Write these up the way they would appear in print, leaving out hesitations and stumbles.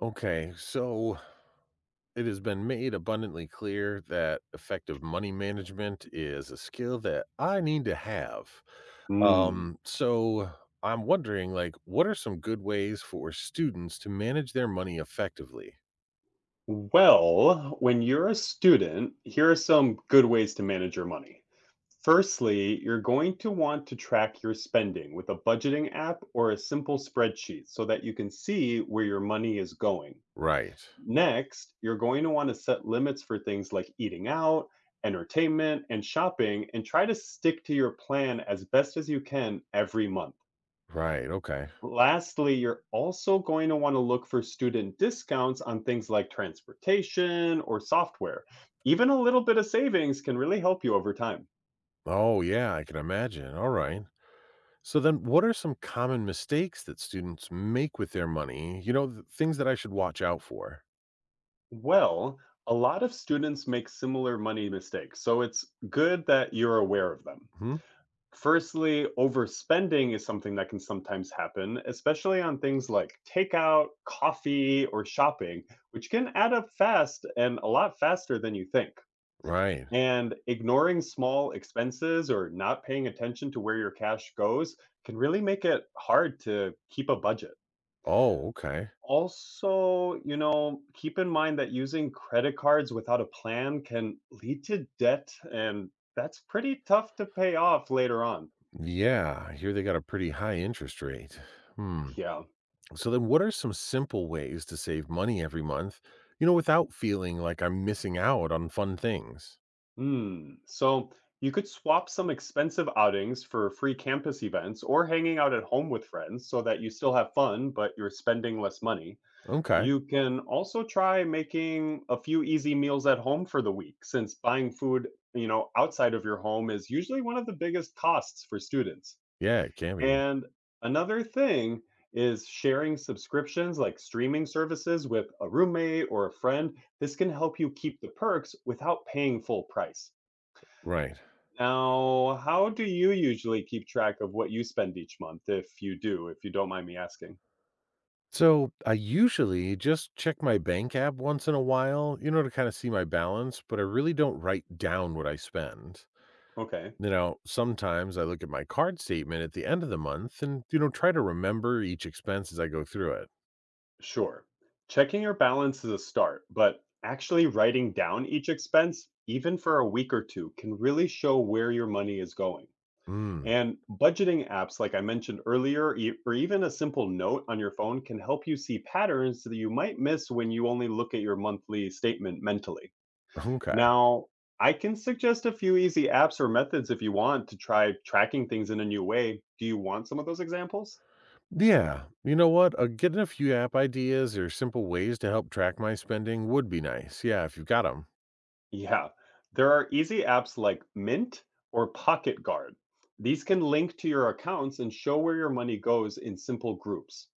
Okay, so it has been made abundantly clear that effective money management is a skill that I need to have. Mm. So I'm wondering, like, what are some good ways for students to manage their money effectively? Well, when you're a student, here are some good ways to manage your money. Firstly, you're going to want to track your spending with a budgeting app or a simple spreadsheet so that you can see where your money is going. Right, Next, you're going to want to set limits for things like eating out, entertainment, and shopping, and try to stick to your plan as best as you can every month. right, okay. Lastly, you're also going to want to look for student discounts on things like transportation or software. Even a little bit of savings can really help you over time. Oh, yeah, I can imagine. All right. So then, what are some common mistakes that students make with their money? You know, things that I should watch out for. Well, a lot of students make similar money mistakes, so it's good that you're aware of them. Hmm? Firstly, overspending is something that can sometimes happen, especially on things like takeout, coffee, or shopping, which can add up fast and a lot faster than you think. Right. And ignoring small expenses or not paying attention to where your cash goes can really make it hard to keep a budget. Oh, okay. Also, keep in mind that using credit cards without a plan can lead to debt, and that's pretty tough to pay off later on. Yeah, I hear they got a pretty high interest rate. Hmm. Yeah. So then what are some simple ways to save money every month, you know, without feeling like I'm missing out on fun things? Hmm. So you could swap some expensive outings for free campus events or hanging out at home with friends so that you still have fun, but you're spending less money. Okay. You can also try making a few easy meals at home for the week, since buying food, outside of your home is usually one of the biggest costs for students. Yeah, it can be. And another thing is sharing subscriptions like streaming services with a roommate or a friend. This can help you keep the perks without paying full price. Right. Now, how do you usually keep track of what you spend each month if you don't mind me asking? So I usually just check my bank app once in a while, you know, to kind of see my balance, but I really don't write down what I spend. Okay. You know, sometimes I look at my card statement at the end of the month and, you know, try to remember each expense as I go through it. Sure. Checking your balance is a start, but actually writing down each expense, even for a week or two, can really show where your money is going. Mm, And budgeting apps, like I mentioned earlier, or even a simple note on your phone, can help you see patterns that you might miss when you only look at your monthly statement mentally. okay. Now, I can suggest a few easy apps or methods if you want to try tracking things in a new way. Do you want some of those examples? Yeah, you know what? Getting a few app ideas or simple ways to help track my spending would be nice. Yeah, if you've got them. Yeah, there are easy apps like Mint or Pocket Guard. These can link to your accounts and show where your money goes in simple groups.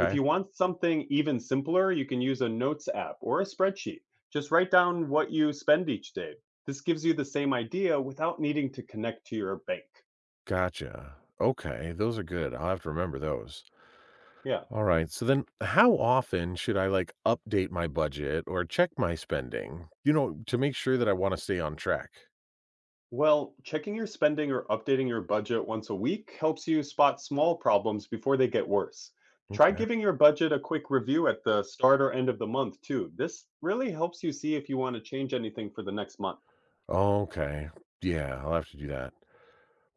If you want something even simpler, you can use a notes app or a spreadsheet. Just write down what you spend each day. This gives you the same idea without needing to connect to your bank. gotcha. Okay, those are good. I'll have to remember those. Yeah. All right. So then, how often should I like update my budget or check my spending? You know, to make sure that I want to stay on track. Well, checking your spending or updating your budget once a week helps you spot small problems before they get worse. Try Okay. giving your budget a quick review at the start or end of the month, too. This really helps you see if you want to change anything for the next month. Okay. Yeah, I'll have to do that.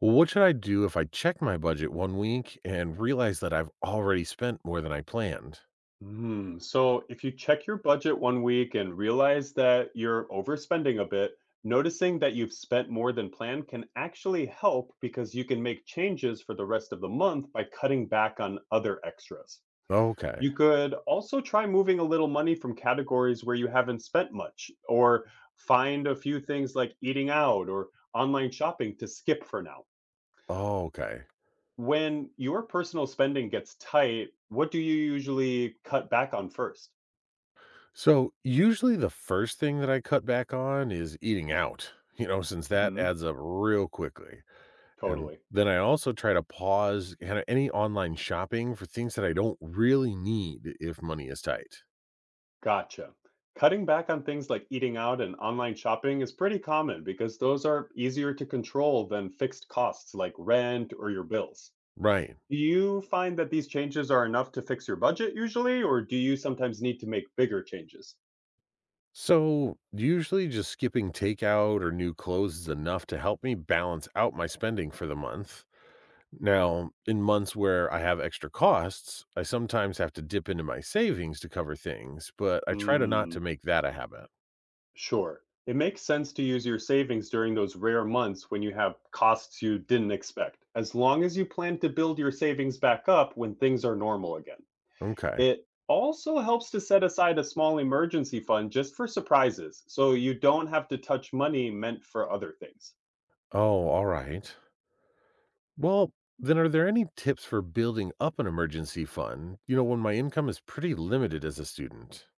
Well, what should I do if I check my budget one week and realize that I've already spent more than I planned? Hmm. So if you check your budget one week and realize that you're overspending a bit, noticing that you've spent more than planned can actually help because you can make changes for the rest of the month by cutting back on other extras. Okay. You could also try moving a little money from categories where you haven't spent much, or find a few things like eating out or online shopping to skip for now. Okay. When your personal spending gets tight, what do you usually cut back on 1st? So, usually the first thing that I cut back on is eating out, you know, since that Hmm. adds up real quickly. And Totally. then I also try to pause kinda any online shopping for things that I don't really need if money is tight. Gotcha. Cutting back on things like eating out and online shopping is pretty common because those are easier to control than fixed costs like rent or your bills. Right. Do you find that these changes are enough to fix your budget usually, or do you sometimes need to make bigger changes? So, usually just skipping takeout or new clothes is enough to help me balance out my spending for the month. Now, in months where I have extra costs, I sometimes have to dip into my savings to cover things, but I try to not Hmm, to make that a habit. sure. It makes sense to use your savings during those rare months when you have costs you didn't expect, as long as you plan to build your savings back up when things are normal again. Okay. It also helps to set aside a small emergency fund just for surprises, so you don't have to touch money meant for other things. Oh, all right. Well, then are there any tips for building up an emergency fund? You know, when my income is pretty limited as a student.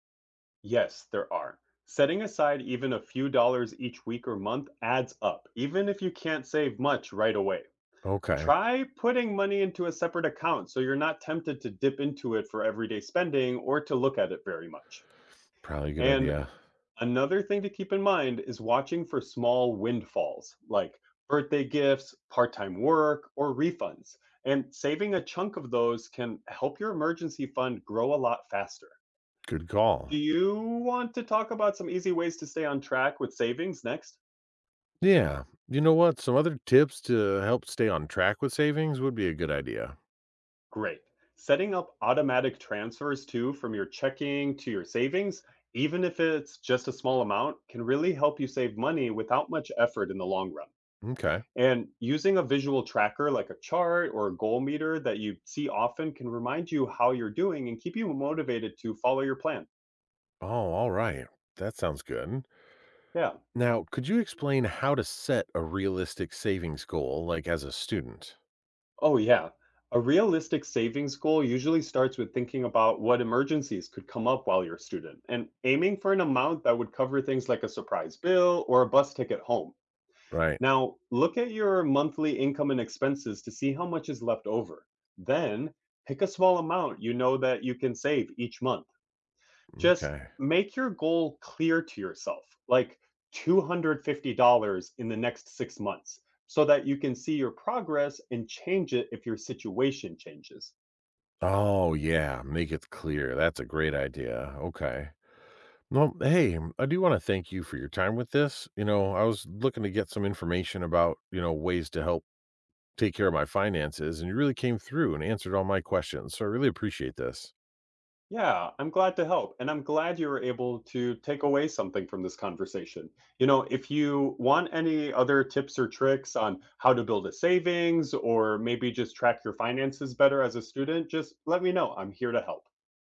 Yes, there are. Setting aside even a few dollars each week or month adds up, even if you can't save much right away. Okay. Try putting money into a separate account so you're not tempted to dip into it for everyday spending or to look at it very much. Probably a good And idea. another thing to keep in mind is watching for small windfalls like birthday gifts, part time work, or refunds. And saving a chunk of those can help your emergency fund grow a lot faster. Good Do call. you want to talk about some easy ways to stay on track with savings next? Yeah. You know what? Some other tips to help stay on track with savings would be a good idea. Great. Setting up automatic transfers too from your checking to your savings, even if it's just a small amount, can really help you save money without much effort in the long run. Okay. And using a visual tracker like a chart or a goal meter that you see often can remind you how you're doing and keep you motivated to follow your plan. Oh, all right. That sounds good. Yeah. Now, could you explain how to set a realistic savings goal, like as a student? Oh, yeah. A realistic savings goal usually starts with thinking about what emergencies could come up while you're a student and aiming for an amount that would cover things like a surprise bill or a bus ticket home. Right. Now, look at your monthly income and expenses to see how much is left over. Then, pick a small amount you know that you can save each month. Just Okay. make your goal clear to yourself, like $250 in the next 6 months, so that you can see your progress and change it if your situation changes. Oh, yeah. Make it clear. That's a great idea. Okay. Well, hey, I do want to thank you for your time with this. You know, I was looking to get some information about, you know, ways to help take care of my finances, and you really came through and answered all my questions. So I really appreciate this. Yeah, I'm glad to help. And I'm glad you were able to take away something from this conversation. If you want any other tips or tricks on how to build a savings or maybe just track your finances better as a student, just let me know. I'm here to help.